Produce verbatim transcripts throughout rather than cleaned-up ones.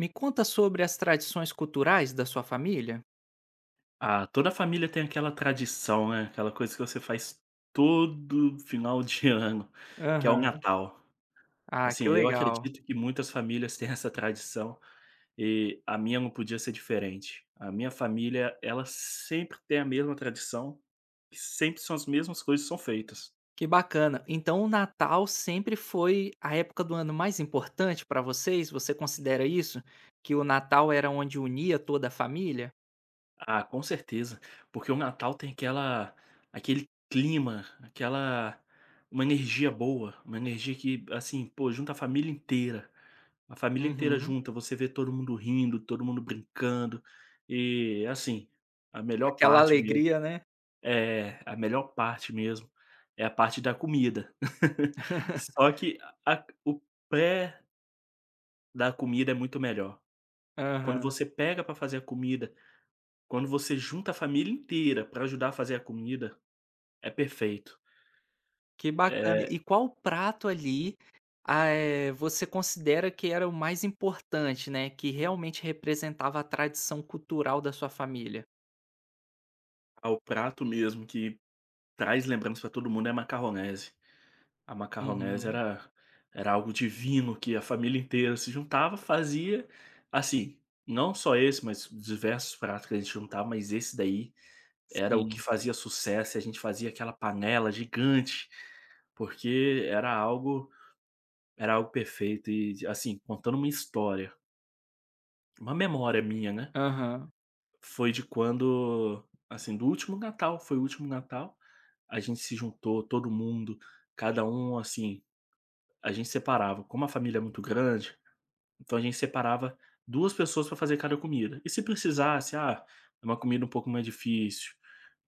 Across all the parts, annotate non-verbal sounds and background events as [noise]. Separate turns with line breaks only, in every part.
Me conta sobre as tradições culturais da sua família?
Ah, toda família tem aquela tradição, né, aquela coisa que você faz todo final de [laughs] ano, que é o
Aham.
Natal.
Ah, que
Assim, eu
legal.
acredito que muitas famílias têm essa tradição e a minha não podia ser diferente. A minha família, ela sempre tem a mesma tradição, e sempre são as mesmas coisas que são feitas.
Que bacana. Então o Natal sempre foi a época do ano mais importante para vocês? Você considera isso? Que o Natal era onde unia toda a família?
Ah, com certeza, porque o Natal tem aquela aquele clima, aquela uma energia boa, uma energia que, assim, pô, junta a família inteira. A família inteira
Uhum.
junta, você vê todo mundo rindo, todo mundo brincando, e, assim, a melhor
Aquela
parte mesmo.
alegria, né?
É, a melhor parte mesmo é a parte da comida. [laughs] Só que a o pré da comida é muito melhor. Quando
Aham.
você pega para fazer a comida, quando você junta a família inteira para ajudar a fazer a comida, é perfeito.
Que bacana. E
É,
qual prato ali, ah, eh, você considera que era o mais importante, né, que realmente representava a tradição cultural da sua família?
ah, o prato mesmo que traz lembrança para todo mundo é macarronese. A macarronese
Uhum.
era era algo divino que a família inteira se juntava, fazia, assim, não só esse, mas diversos pratos que a gente juntava, mas esse daí era o que
Sim.
fazia sucesso e a gente fazia aquela panela gigante, porque era algo era algo perfeito e, assim, contando uma história, uma memória minha, né,
Aham.
foi de quando, assim, do último Natal, foi o último Natal, a gente se juntou todo mundo, cada um, assim. A gente separava, como a família é muito grande, então a gente separava duas pessoas para fazer cada comida. E se precisasse, ah, é uma comida um pouco mais difícil,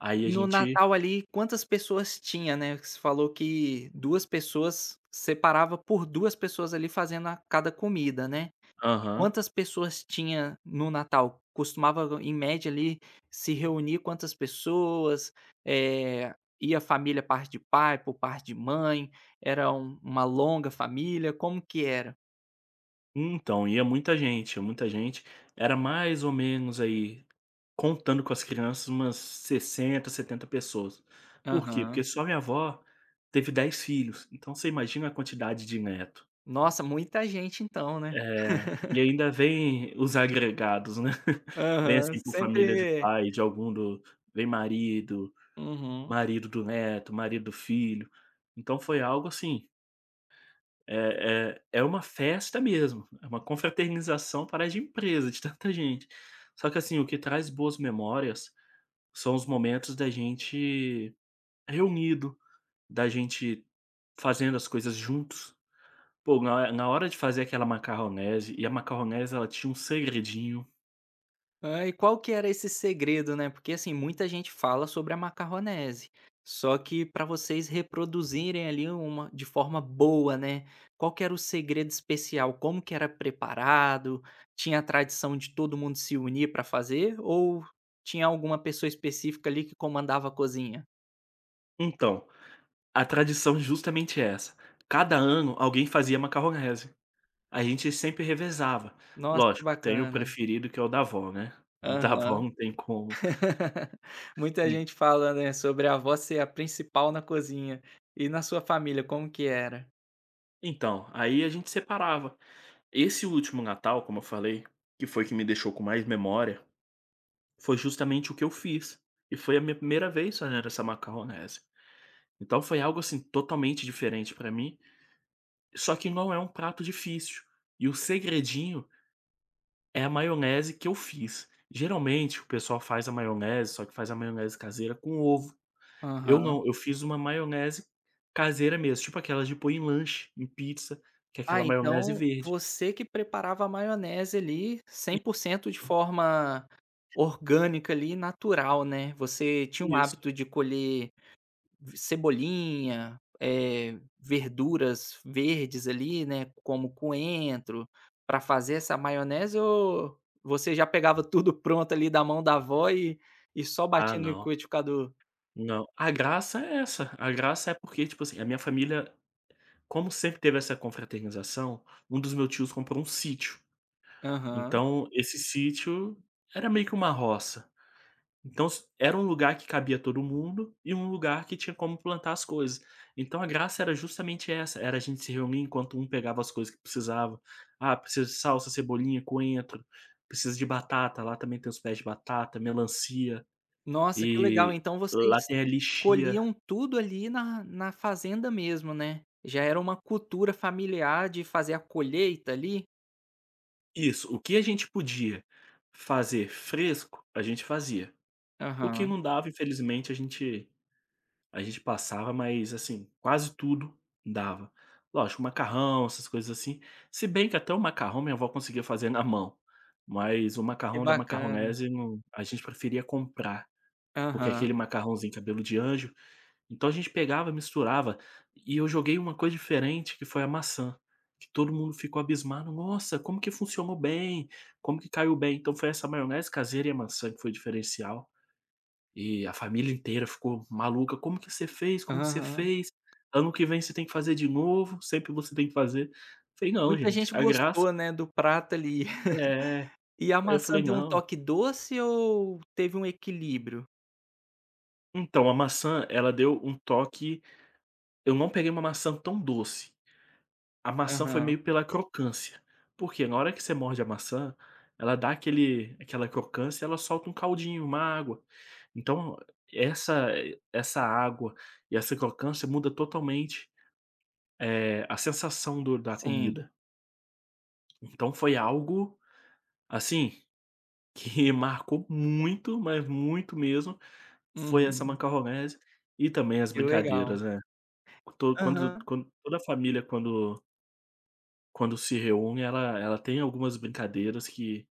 aí a
E no
gente.
Natal ali, quantas pessoas tinha, né? Você falou que duas pessoas separava, por duas pessoas ali fazendo a cada comida, né?
Aham.
Quantas pessoas tinha no Natal? Costumava em média ali se reunir quantas pessoas? Eh, Ia família parte de pai, por parte de mãe? Era um uma longa família? Como que era?
Então, ia muita gente, ia muita gente. Era mais ou menos aí, contando com as crianças, umas sessenta, setenta pessoas. Por quê?
Aham.
Porque só minha avó teve dez filhos, então você imagina a quantidade de neto.
Nossa, muita gente então, né?
É, e ainda vem os agregados, né. [laughs] Vem,
Aham,
assim, por família de
sempre,
pai, de algum do vem marido,
uhum.
marido do neto, marido do filho. Então foi algo assim, é é é uma festa mesmo, é uma confraternização, parece de empresa, de tanta gente. Só que, assim, o que traz boas memórias são os momentos da gente reunido, da gente fazendo as coisas juntos. Pô, na na hora de fazer aquela macarronese. E a macarronese ela tinha um segredinho.
Ah, e qual que era esse segredo, né? Porque assim, muita gente fala sobre a macarronese, só que para vocês reproduzirem ali uma de forma boa, né? Qual que era o segredo especial? Como que era preparado? Tinha a tradição de todo mundo se unir para fazer ou tinha alguma pessoa específica ali que comandava a cozinha?
Então, a tradição é justamente é essa. Cada ano alguém fazia macarronese. A gente sempre revezava.
Nossa, que
Lógico, tem o
bacana.
preferido que é o da avó, né. O da avó
Aham.
não tem como.
[laughs] Muita
En
gente fala, né, sobre a avó ser a principal na cozinha. E na sua família, como que era?
então, aí a gente separava. Esse último Natal, como eu falei, que foi que me deixou com mais memória, foi justamente o que eu fiz. E foi a minha primeira vez fazendo essa macarronese. Então foi algo, assim, totalmente diferente pra mim, só que não é um prato difícil. E o segredinho é a maionese que eu fiz. Geralmente o pessoal faz a maionese, só que faz a maionese caseira com ovo. Eu
Aham.
não, eu fiz uma maionese caseira mesmo, tipo aquelas de pôr em lanche, em pizza, que é
Ah,
aquela maionese
então
verde.
você que preparava a maionese ali cem por cento de forma orgânica ali, natural, né. Você tinha um
Isso.
hábito de colher v cebolinha, eh, verduras verdes ali, né, como coentro, para fazer essa maionese ou você já pegava [laughs] tudo pronto ali da mão da avó e e só
Ah,
batia no
não,
liquidificador?
não. A graça é essa, a graça é porque, tipo assim, a minha família, como sempre teve essa confraternização, um dos meus tios comprou um sítio.
Aham.
Então esse sítio era meio que uma roça. Então s era um lugar que cabia todo mundo e um lugar que tinha como plantar as coisas. Então a graça era justamente essa, era a gente se reunir enquanto um pegava as coisas que precisava. Ah, precisa de salsa, cebolinha, coentro, precisa de batata, lá também tem os pés de batata, melancia,
Nossa, que legal.
e
Então
lá
vocês
tem a lixia.
colhiam tudo ali na na fazenda mesmo, né? Já era uma cultura familiar de fazer a colheita ali?
Isso, o que a gente podia fazer fresco, a gente fazia. O que
Aham,
não dava, infelizmente, a gente A gente passava, mas, assim, quase tudo dava. Lógico, macarrão, essas coisas assim. Se bem que até o macarrão minha avó conseguia fazer na mão, mas o
que
macarrão da
bacana.
macarronese não, a gente preferia comprar, porque é
Aham,
aquele macarrãozinho cabelo de anjo. Então a gente pegava, misturava, e eu joguei uma coisa diferente que foi a maçã, que todo mundo ficou abismado: "Nossa, como que funcionou bem? Como que caiu bem?". Então foi essa maionese caseira e a maçã que foi o diferencial. E a família inteira ficou maluca: "Como que você fez? Como que você
aham.
fez? Ano que vem você tem que fazer de novo, sempre você tem que fazer". Falei: "Não,
Muita
gente,
gente
a graça".
gostou, né, do prato ali.
É.
[laughs] E a
Aí eu
maçã
falei:
deu um
"Não".
toque doce ou teve um equilíbrio?
Então, a maçã, ela deu um toque. Eu não peguei uma maçã tão doce. A maçã foi
Aham,
meio pela crocância, porque na hora que você morde a maçã, ela dá aquele aquela crocância, ela solta um caldinho, uma água. Então essa essa água e essa crocância muda totalmente Eh, a sensação do da
sim.
comida. Então foi algo, assim, que [laughs] marcou muito, mas muito mesmo, foi essa
Uhum,
macarronese e também as
que legal.
brincadeiras, né. To quando
Aham.
quando toda a família quando quando se reúne, ela ela tem algumas brincadeiras que...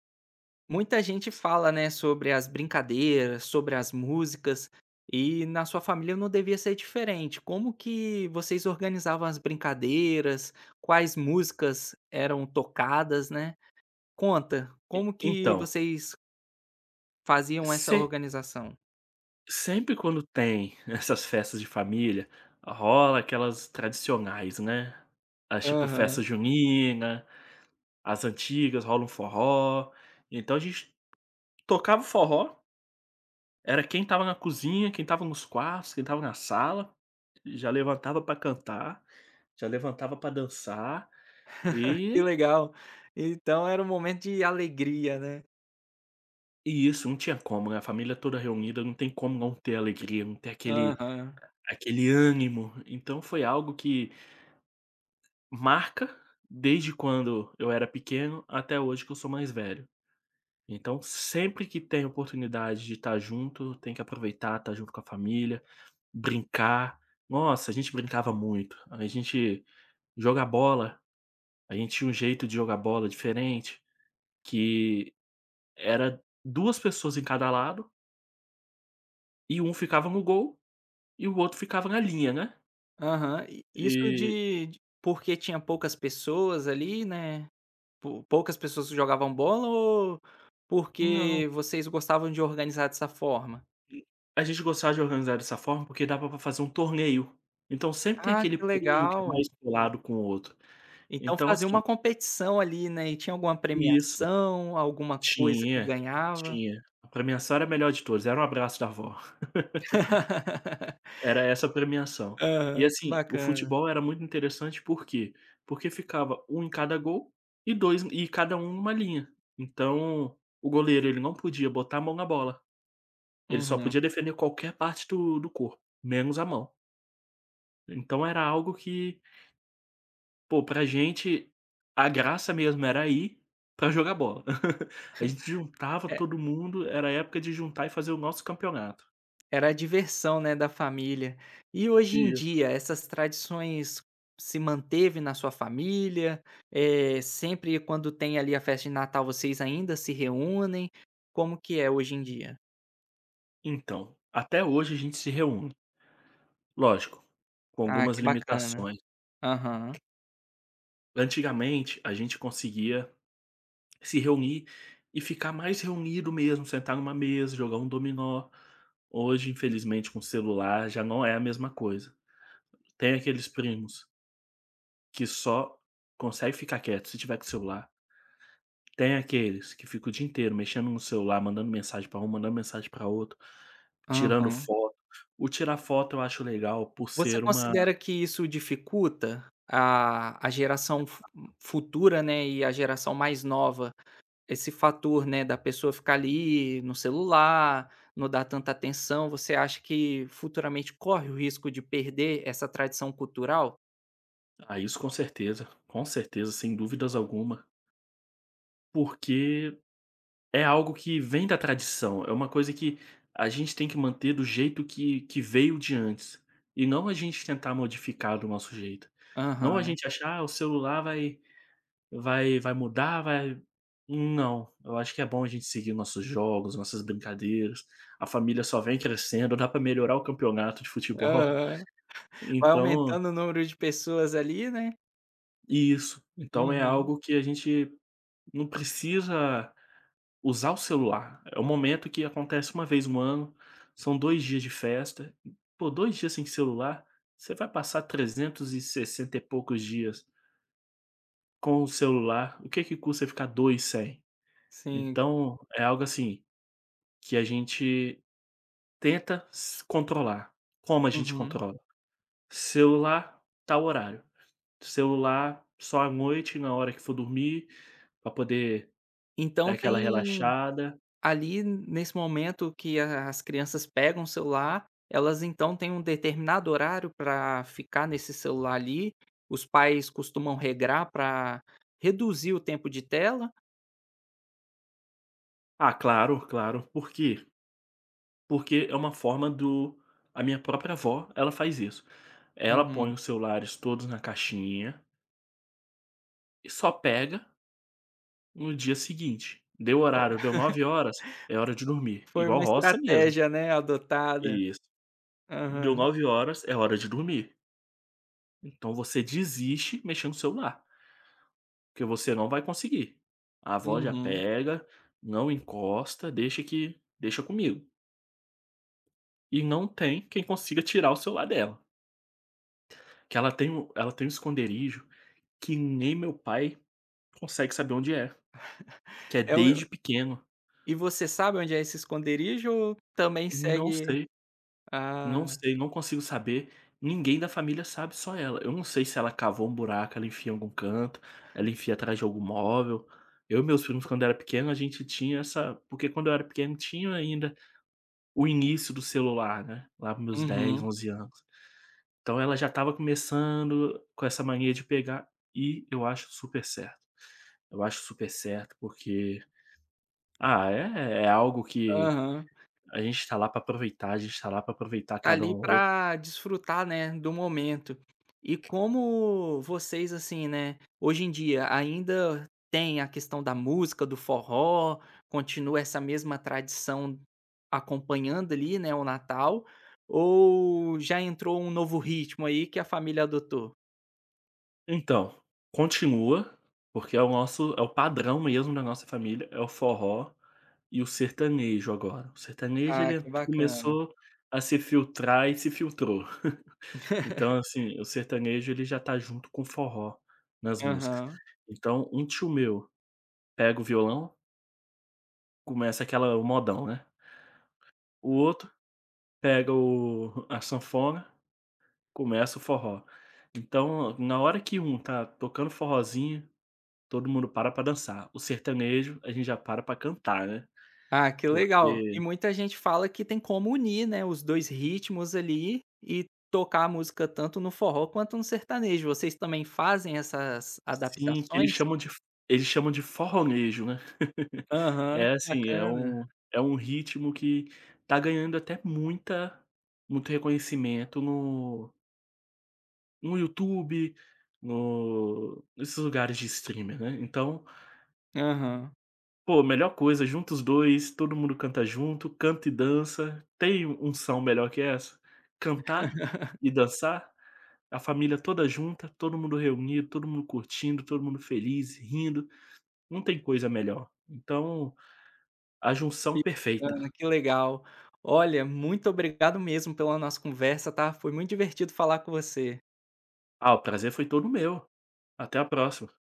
Muita gente fala, né, sobre as brincadeiras, sobre as músicas, e na sua família não devia ser diferente. Como que vocês organizavam as brincadeiras? Quais músicas eram tocadas, né? Conta, como que
Então,
vocês faziam essa
se
organização?
sempre quando tem [laughs] essas festas de família, rola aquelas tradicionais, né, as tipo
Aham,
festa junina, as antigas, rola um forró, então a gente tocava forró, era quem estava na cozinha, quem estava nos quartos, quem estava na sala, já levantava para cantar, já levantava para dançar,
que
e
legal. Então era um momento de alegria, né?
e isso, não tinha como, né, a família toda reunida, não tem como não ter alegria, não ter aquele
Aham,
aquele ânimo. Então foi algo que marca desde quando eu era pequeno até hoje que eu sou mais velho. Então, sempre que tem oportunidade de estar junto, tem que aproveitar, estar junto com a família. Brincar. Nossa, a gente brincava muito. A gente jogar bola, a gente tinha um jeito de jogar bola diferente, que era duas pessoas em cada lado, e um ficava no gol, e o outro ficava na linha, né.
aham. E isso
E
de de- porque tinha poucas pessoas ali, né? Pou poucas pessoas jogavam bola ou
não,
porque vocês gostavam de organizar dessa forma?
a gente gostava de organizar dessa forma, porque dava pra fazer um torneio. Então sempre tem
Ah,
aquele
que
primo que é
legal.
mais colado com o outro.
Então
Então
fazia
assim,
uma competição ali, né, e tinha alguma
isso.
premiação, alguma coisa que
Tinha,
ganhava?
tinha. Pra minha, só era a melhor de todos, era um abraço da avó.
[laughs]
Era essa a premiação. E
Aham, que
assim, o
bacana.
futebol era muito interessante, por quê? Porque ficava um em cada gol e dois, e cada um numa linha. Então, o goleiro, ele não podia botar a mão na bola, ele só
Uhum.
podia defender qualquer parte do do corpo, menos a mão. Então era algo que, pô, pra gente, a graça mesmo era ir pra jogar bola. [laughs] A gente juntava
É,
todo mundo, era a época de juntar e fazer o nosso campeonato.
era a diversão, né, da família. E hoje em
Isso.
dia, essas tradições se manteve na sua família? É sempre quando tem ali a festa de Natal, vocês ainda se reúnem? Como que é hoje em dia?
Então, até hoje a gente se reúne. Lógico, com
Ah,
algumas
que bacana.
limitações.
Aham,
Antigamente, a gente conseguia se reunir e ficar mais reunido mesmo, sentar numa mesa, jogar um dominó. Hoje, infelizmente, com o celular já não é a mesma coisa. Tem aqueles primos que só consegue ficar quieto se tiver com o celular. Tem aqueles que ficam o dia inteiro mexendo no celular, mandando mensagem pra um, mandando mensagem pra outro, tirando
aham.
foto. O tirar foto eu acho legal por
Você
ser uma...
considera que isso dificulta a a geração fu futura, né, e a geração mais nova, esse fator, né, da pessoa ficar ali no celular, não dar tanta atenção, você acha que futuramente corre o risco de perder essa tradição cultural?
Ah, isso com certeza, com certeza, sem dúvidas alguma. Porque é algo que vem da tradição, é uma coisa que a gente tem que manter do jeito que que veio de antes, e não a gente tentar modificar do nosso jeito. Não a
Aham,
gente achar: "Ah, o celular vai vai vai mudar, vai". Não, eu acho que é bom a gente seguir nossos jogos, nossas brincadeiras, a família só vem crescendo, dá para melhorar o campeonato de futebol,
aham. Vai
então
aumentando o número de pessoas ali, né.
isso, então é
Uhum,
algo que a gente não precisa usar o celular. É um momento que acontece uma vez no ano, são dois dias de festa. Pô, dois dias sem celular, você vai passar trezentos e sessenta e sessenta e poucos dias com o celular, o que que custa ficar dois sem?
sim.
Então, é algo assim, que a gente tenta se controlar. Como a gente
Uhum.
controla? Celular, tal horário. Celular só à noite, na hora que for dormir, para poder dar
Então
aquela
tem
relaxada.
ali, nesse momento que a as crianças pegam o celular, elas então têm um determinado horário para ficar nesse celular ali. Os pais costumam regrar para reduzir o tempo de tela.
Ah, claro, claro, porque Porque é uma forma do a minha própria avó, ela faz isso. Ela
Uhum.
põe os celulares todos na caixinha e só pega no dia seguinte. Deu horário, deu nove horas, é hora de dormir,
Foi uma
igual roça mesmo.
estratégia, né, adotada.
Isso. Deu
Aham.
nove horas, é hora de dormir. Então você desiste mexendo no celular, porque você não vai conseguir. A avó já
Uhum.
pega, não encosta, deixa que deixa comigo. E não tem quem consiga tirar o celular dela, que ela tem um ela tem um esconderijo que nem meu pai consegue saber onde é, que é
É o
desde pequeno.
e você sabe onde é esse esconderijo ou também
Não
segue?
sei,
Ah,
não sei, não consigo saber. Ninguém da família sabe, só ela. Eu não sei se ela cavou um buraco, ela enfia em algum canto, ela enfia atrás de algum móvel. Eu e meus primos, quando era pequeno, a gente tinha essa... porque quando eu era pequeno tinha ainda o início do celular, né, lá para meus dez,
uhum,
onze anos. Então ela já estava começando com essa mania de pegar, e eu acho super certo. Eu acho super certo, porque ah, é é algo que
aham.
a gente está lá para aproveitar, a gente está lá para aproveitar cada um
Ali
ao outro.
para desfrutar, né, do momento. E como vocês, assim, né, hoje em dia ainda tem a questão da música, do forró, continua essa mesma tradição acompanhando ali, né, o Natal, ou já entrou um novo ritmo aí que a família adotou?
Então, continua, porque é o nosso, é o padrão mesmo da nossa família, é o forró e o sertanejo agora. O sertanejo,
Ah,
ele
que bacana.
começou a se filtrar e se filtrou. Então, assim, o sertanejo ele já tá junto com o forró nas músicas.
Aham.
Então, um tio meu pega o violão, começa aquela, o modão, né. O outro pega o a sanfona. Começa o forró. Então, na hora que um tá tocando forrozinho, todo mundo para pra dançar. O sertanejo, a gente já para pra cantar, né,
Ah, que legal. E
porque
muita gente fala que tem como unir, né, os dois ritmos ali e tocar a música tanto no forró quanto no sertanejo. Vocês também fazem essas
sim, eles
adaptações?
chamam de eles chamam de forronejo, né. [laughs]
Aham,
É
que
assim, é
bacana.
um é um ritmo que tá ganhando até muita muito reconhecimento no no YouTube, no nesses lugares de streamer, né, então
Aham,
pô, melhor coisa, junta os dois, todo mundo canta junto, canta e dança. Tem unção melhor que essa? Cantar e dançar, a família toda junta, todo mundo reunido, todo mundo curtindo, todo mundo feliz, rindo, não tem coisa melhor. Então, a junção
que
perfeita.
bacana, que legal. Olha, muito obrigado mesmo pela nossa conversa, tá? Foi muito divertido falar com você.
Ah, o prazer foi todo meu. Até a próxima.